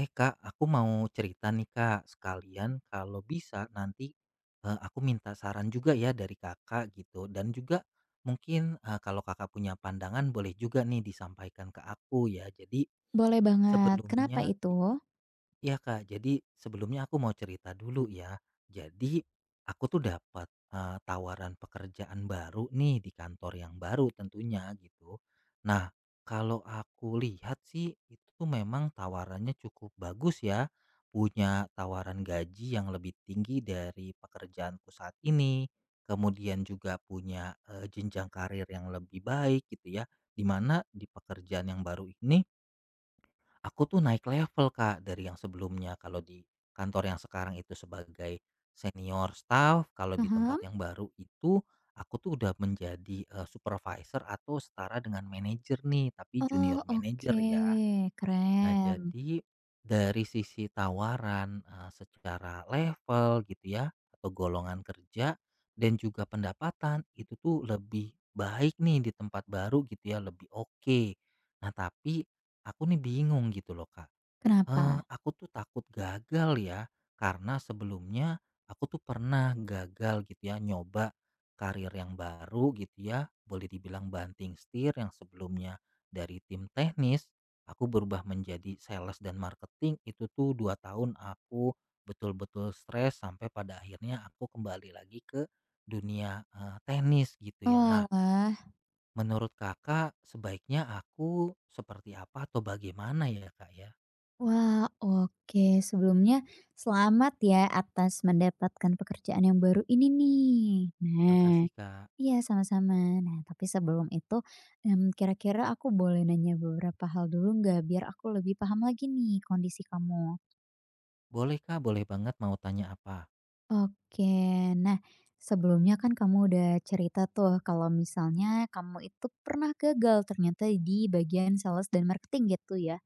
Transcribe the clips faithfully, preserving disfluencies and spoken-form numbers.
Eh Kak, aku mau cerita nih Kak, sekalian kalau bisa nanti eh, aku minta saran juga ya dari Kakak gitu dan juga mungkin eh, kalau Kakak punya pandangan boleh juga nih disampaikan ke aku ya. Jadi Boleh banget. Kenapa sebelumnya itu? Iya Kak, jadi sebelumnya aku mau cerita dulu ya. Jadi aku tuh dapat eh, tawaran pekerjaan baru nih di kantor yang baru tentunya gitu. Nah, kalau aku lihat sih itu tuh memang tawarannya cukup bagus ya. Punya tawaran gaji yang lebih tinggi dari pekerjaanku saat ini. Kemudian juga punya eh, jenjang karir yang lebih baik gitu ya. Dimana di pekerjaan yang baru ini aku tuh naik level Kak, dari yang sebelumnya kalau di kantor yang sekarang itu sebagai senior staff, kalau di tempat Paham? yang baru itu aku tuh udah menjadi, eee, supervisor atau setara dengan manajer nih, tapi Oh, junior manager oke. ya. Nah Keren. jadi dari sisi tawaran, eee, secara level gitu ya, atau golongan kerja dan juga pendapatan itu tuh lebih baik nih di tempat baru gitu ya, lebih oke. Nah tapi aku nih bingung gitu loh Kak. Eee, Kenapa? Aku tuh takut gagal ya, karena sebelumnya aku tuh pernah gagal gitu ya nyoba karir yang baru gitu ya, boleh dibilang banting setir yang sebelumnya dari tim teknis, aku berubah menjadi sales dan marketing itu tuh dua tahun aku betul-betul stres sampai pada akhirnya aku kembali lagi ke dunia, eee, teknis gitu ya. Nah, Oalah. menurut Kakak sebaiknya aku seperti apa atau bagaimana ya, Kak, ya? Wah, oke. Sebelumnya selamat ya atas mendapatkan pekerjaan yang baru ini nih. Nah, Makasih, Kak. iya sama-sama. Nah, tapi sebelum itu, mmm, kira-kira aku boleh nanya beberapa hal dulu nggak? Biar aku lebih paham lagi nih kondisi kamu. Boleh Kak, boleh banget mau tanya apa? Oke. Nah, sebelumnya kan kamu udah cerita tuh kalau misalnya kamu itu pernah gagal ternyata di bagian sales dan marketing gitu ya.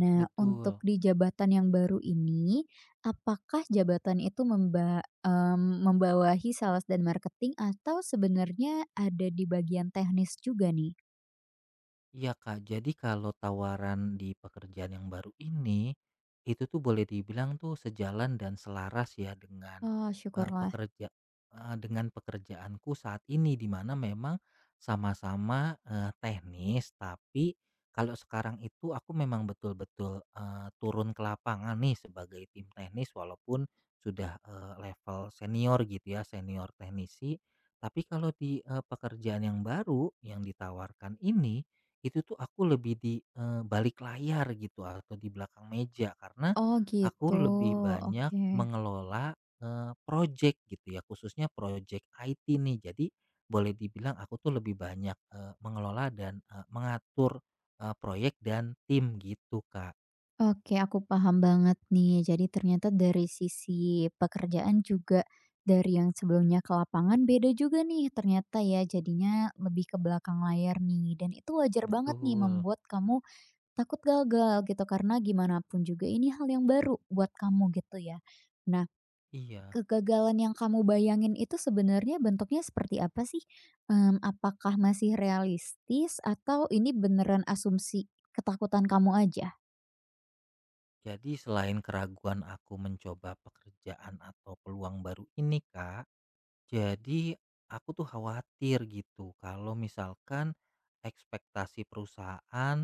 Nah, untuk Betul. di jabatan yang baru ini, apakah jabatan itu memba mmm, membawahi sales dan marketing atau sebenarnya ada di bagian teknis juga nih? Iya Kak, jadi kalau tawaran di pekerjaan yang baru ini itu tuh boleh dibilang tuh sejalan dan selaras ya dengan Oh, eh, syukurlah. pekerja eh, dengan pekerjaanku saat ini di mana memang sama-sama eh, teknis tapi kalau sekarang itu aku memang betul-betul eh, turun ke lapangan nih sebagai tim teknis walaupun sudah eh, level senior gitu ya, senior teknisi. Tapi kalau di, eee, pekerjaan yang baru yang ditawarkan ini, itu tuh aku lebih di, eee, balik layar gitu atau di belakang meja karena Oh aku gitu, lebih banyak oke. mengelola, eee, projek gitu ya, khususnya projek I T nih. Jadi boleh dibilang aku tuh lebih banyak, eee, mengelola dan eee, mengatur, eee, proyek dan tim gitu, Kak. Oke, aku paham banget nih. Jadi ternyata dari sisi pekerjaan juga dari yang sebelumnya ke lapangan beda juga nih ternyata ya jadinya lebih ke belakang layar nih dan itu wajar banget nih Betul, membuat kamu takut gagal gitu karena gimana pun juga ini hal yang baru buat kamu gitu ya. Nah, iya. kegagalan yang kamu bayangin itu sebenarnya bentuknya seperti apa sih? Mmm, apakah masih realistis atau ini beneran asumsi ketakutan kamu aja? Jadi selain keraguan aku mencoba pekerjaan atau peluang baru ini, Kak. Jadi aku tuh khawatir gitu kalau misalkan ekspektasi perusahaan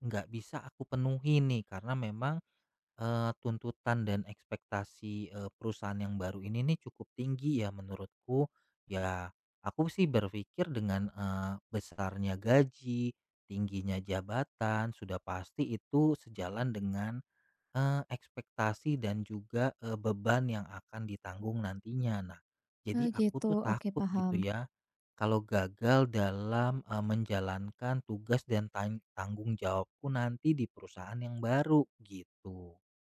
nggak bisa aku penuhi nih karena memang eh, tuntutan dan ekspektasi eh, perusahaan yang baru ini nih cukup tinggi ya menurutku ya aku sih berpikir dengan eh, besarnya gaji tingginya jabatan sudah pasti itu sejalan dengan eh ekspektasi dan juga, eee, beban yang akan ditanggung nantinya. Nah, jadi Oh aku gitu, tuh oke takut gitu paham. ya, kalau gagal dalam, eee, menjalankan tugas dan tan tanggung jawabku nanti di perusahaan yang baru, gitu.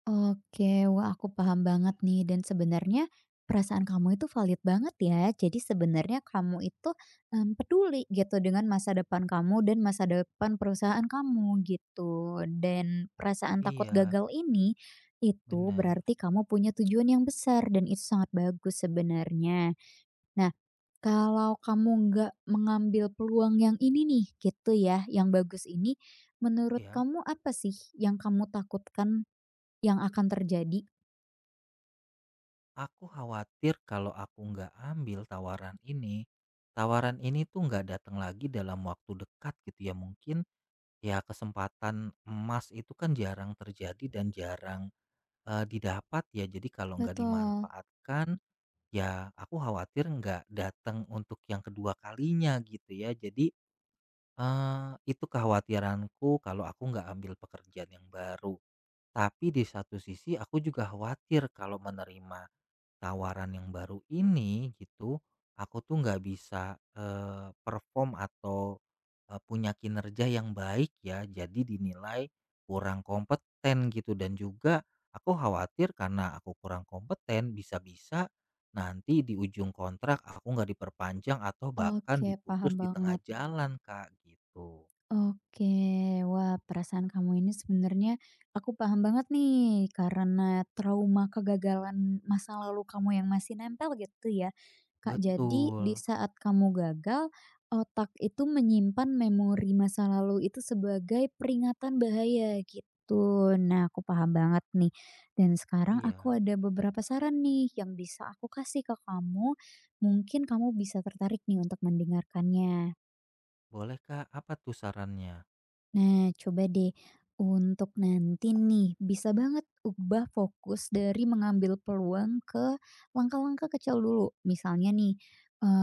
Oke, wah aku paham banget nih dan sebenarnya perasaan kamu itu valid banget ya. Jadi sebenarnya kamu itu em, peduli gitu dengan masa depan kamu dan masa depan perusahaan kamu gitu. Dan perasaan takut Iya, gagal ini itu benar. berarti kamu punya tujuan yang besar dan itu sangat bagus sebenarnya. Nah, kalau kamu nggak mengambil peluang yang ini nih, gitu ya, yang bagus ini, menurut Ya kamu apa sih yang kamu takutkan yang akan terjadi? aku khawatir kalau aku nggak ambil tawaran ini, tawaran ini tuh nggak datang lagi dalam waktu dekat gitu ya. Mungkin, ya kesempatan emas itu kan jarang terjadi dan jarang Eee, didapat ya, jadi kalau nggak Betul. dimanfaatkan, ya aku khawatir nggak datang untuk yang kedua kalinya gitu ya. Jadi, eee, itu kekhawatiranku kalau aku nggak ambil pekerjaan yang baru. Tapi di satu sisi aku juga khawatir kalau menerima tawaran yang baru ini gitu, aku tuh nggak bisa, eee, perform atau, eee, punya kinerja yang baik ya, jadi dinilai kurang kompeten gitu dan juga aku khawatir karena aku kurang kompeten bisa-bisa nanti di ujung kontrak aku nggak diperpanjang atau bahkan Oke, diputus paham di tengah banget. jalan, Kak, gitu. Oke, wah perasaan kamu ini sebenarnya aku paham banget nih karena trauma kegagalan masa lalu kamu yang masih nempel gitu ya. Kak, jadi di Betul, saat kamu gagal, otak itu menyimpan memori masa lalu itu sebagai peringatan bahaya gitu. Nah, aku paham banget nih. Dan sekarang iya. aku ada beberapa saran nih yang bisa aku kasih ke kamu. Mungkin kamu bisa tertarik nih untuk mendengarkannya. Boleh, Kak, apa tuh sarannya? Nah, coba deh untuk nanti nih bisa banget ubah fokus dari mengambil peluang ke langkah-langkah kecil dulu. Misalnya nih,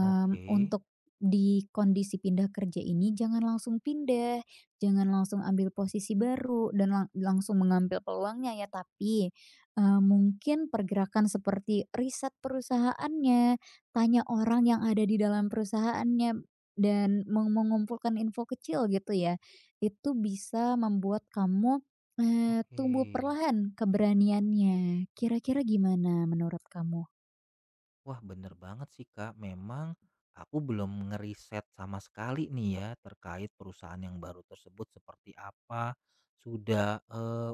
Oke, untuk di kondisi pindah kerja ini jangan langsung pindah, jangan langsung ambil posisi baru dan lang langsung mengambil peluangnya ya, tapi, eee, mungkin pergerakan seperti riset perusahaannya, tanya orang yang ada di dalam perusahaannya, dan meng mengumpulkan info kecil gitu ya. Itu bisa membuat kamu, eee, oke. tumbuh perlahan keberaniannya. Kira-kira gimana menurut kamu? Wah, bener banget sih, Kak. Memang aku belum ngeriset sama sekali nih ya terkait perusahaan yang baru tersebut seperti apa, sudah eh,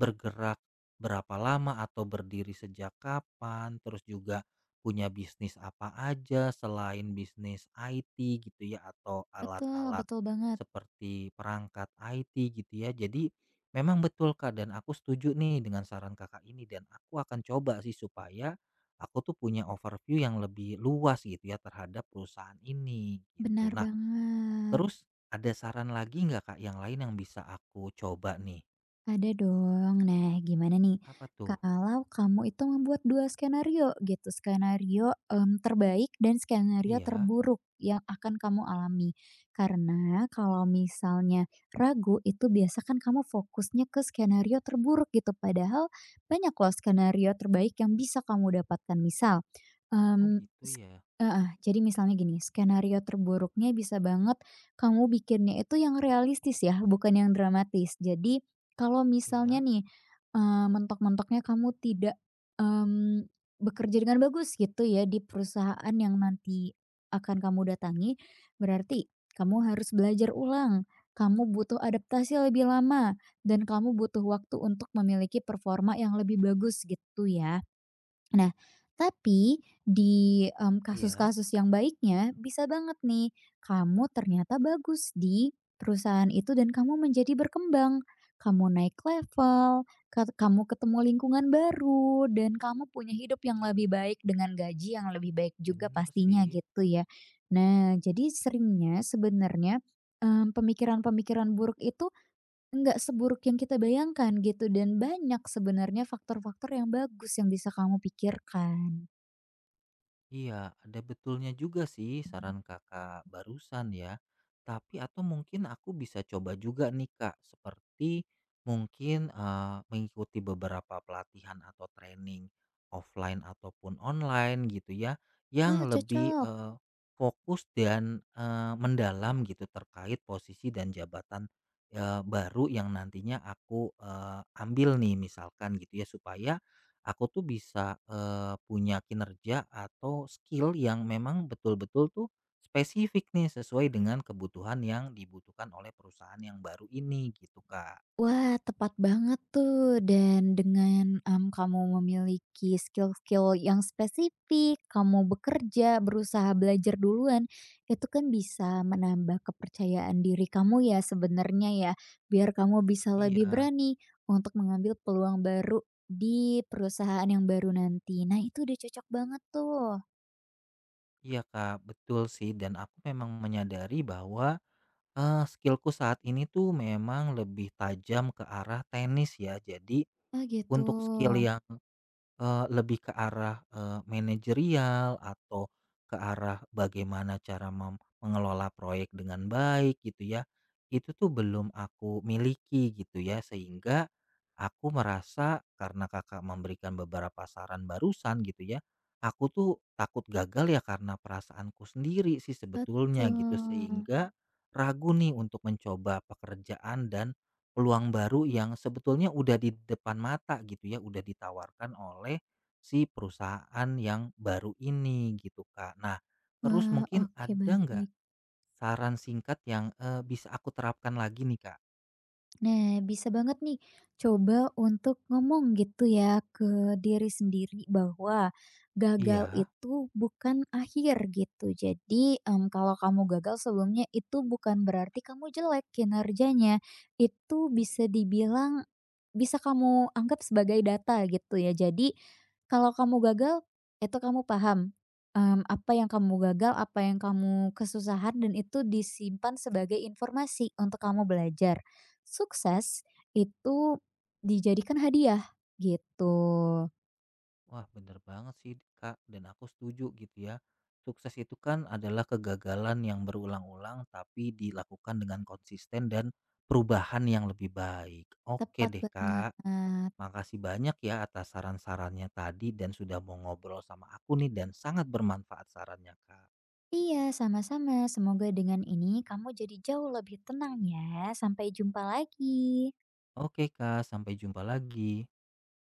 bergerak berapa lama atau berdiri sejak kapan, terus juga punya bisnis apa aja selain bisnis I T gitu ya atau Betul alat-alat betul banget, seperti perangkat I T gitu ya. Jadi memang betul Kak dan aku setuju nih dengan saran Kakak ini dan aku akan coba sih supaya aku tuh punya overview yang lebih luas gitu ya terhadap perusahaan ini gitu. benar Nah, banget. terus ada saran lagi nggak Kak yang lain yang bisa aku coba nih? Ada dong. Nah, gimana nih Apa tuh? kalau kamu itu membuat dua skenario gitu, skenario, mmm, terbaik dan skenario Iya, terburuk yang akan kamu alami. Karena kalau misalnya ragu itu biasa kan kamu fokusnya ke skenario terburuk gitu, padahal banyak loh skenario terbaik yang bisa kamu dapatkan. Misal, oh Mmm, gitu s ya. heeh, jadi misalnya gini, skenario terburuknya bisa banget kamu bikinnya itu yang realistis ya, bukan yang dramatis. Jadi, kalau misalnya Iya, nih, eee, mentok-mentoknya kamu tidak, mmm, bekerja dengan bagus gitu ya di perusahaan yang nanti akan kamu datangi, berarti kamu harus belajar ulang, kamu butuh adaptasi lebih lama, dan kamu butuh waktu untuk memiliki performa yang lebih bagus gitu ya. Nah, tapi di, mmm, iya, kasus-kasus yang baiknya bisa banget nih kamu ternyata bagus di perusahaan itu dan kamu menjadi berkembang. Kamu naik level, kat kamu ketemu lingkungan baru, dan kamu punya hidup yang lebih baik dengan gaji yang lebih baik juga bener pastinya sih. gitu ya. Nah, jadi seringnya sebenarnya, mmm, pemikiran-pemikiran buruk itu nggak seburuk yang kita bayangkan gitu dan banyak sebenarnya faktor-faktor yang bagus yang bisa kamu pikirkan. Iya, ada betulnya juga sih saran kakak barusan ya. Tapi atau mungkin aku bisa coba juga nih kak, seperti mungkin eh, mengikuti beberapa pelatihan atau training offline ataupun online gitu ya, yang Oh lebih cocok. eh, fokus dan eh, mendalam gitu terkait posisi dan jabatan eh, baru yang nantinya aku eh, ambil nih misalkan gitu ya supaya aku tuh bisa, eee, punya kinerja atau skill yang memang betul-betul tuh spesifik nih, sesuai dengan kebutuhan yang dibutuhkan oleh perusahaan yang baru ini gitu, Kak. Wah, tepat banget tuh dan dengan, mmm, kamu memiliki skill-skill yang spesifik, kamu bekerja, berusaha belajar duluan, itu kan bisa menambah kepercayaan diri kamu ya sebenarnya ya, biar kamu bisa lebih Iya, berani untuk mengambil peluang baru di perusahaan yang baru nanti. Nah itu udah cocok banget tuh. iya, Kak, betul sih dan aku memang menyadari bahwa, eee, skill saat ini tuh memang lebih tajam ke arah tenis ya. Jadi Oh gitu. untuk skill yang Eee, lebih ke arah, eee, manajerial atau ke arah bagaimana cara mem mengelola proyek dengan baik gitu ya, itu tuh belum aku miliki gitu ya. Sehingga aku merasa karena Kakak memberikan beberapa saran barusan gitu ya, aku tuh takut gagal ya karena perasaanku sendiri sih sebetulnya gitu, Betul. sehingga ragu nih untuk mencoba pekerjaan dan peluang baru yang sebetulnya udah di depan mata gitu ya, udah ditawarkan oleh si perusahaan yang baru ini gitu, Kak. Nah, terus Wah, mungkin oke ada nggak baik. saran singkat yang, eee, bisa aku terapkan lagi nih, Kak? Nah, bisa banget nih coba untuk ngomong gitu ya ke diri sendiri bahwa gagal Iya, itu bukan akhir gitu. Jadi, em, kalau kamu gagal sebelumnya itu bukan berarti kamu jelek kinerjanya. Itu bisa dibilang bisa kamu anggap sebagai data gitu ya. Jadi, kalau kamu gagal itu kamu paham em, apa yang kamu gagal, apa yang kamu kesusahan dan itu disimpan sebagai informasi untuk kamu belajar. Sukses itu dijadikan hadiah, gitu. wah bener banget sih, Kak, dan aku setuju gitu ya. Sukses itu kan adalah kegagalan yang berulang-ulang tapi dilakukan dengan konsisten dan perubahan yang lebih baik. Oke Tepat deh, banget. Kak. Makasih banyak ya atas saran-sarannya tadi dan sudah mau ngobrol sama aku nih dan sangat bermanfaat sarannya Kak. Iya, sama-sama. Semoga dengan ini kamu jadi jauh lebih tenang ya. Sampai jumpa lagi. Oke Kak, sampai jumpa lagi.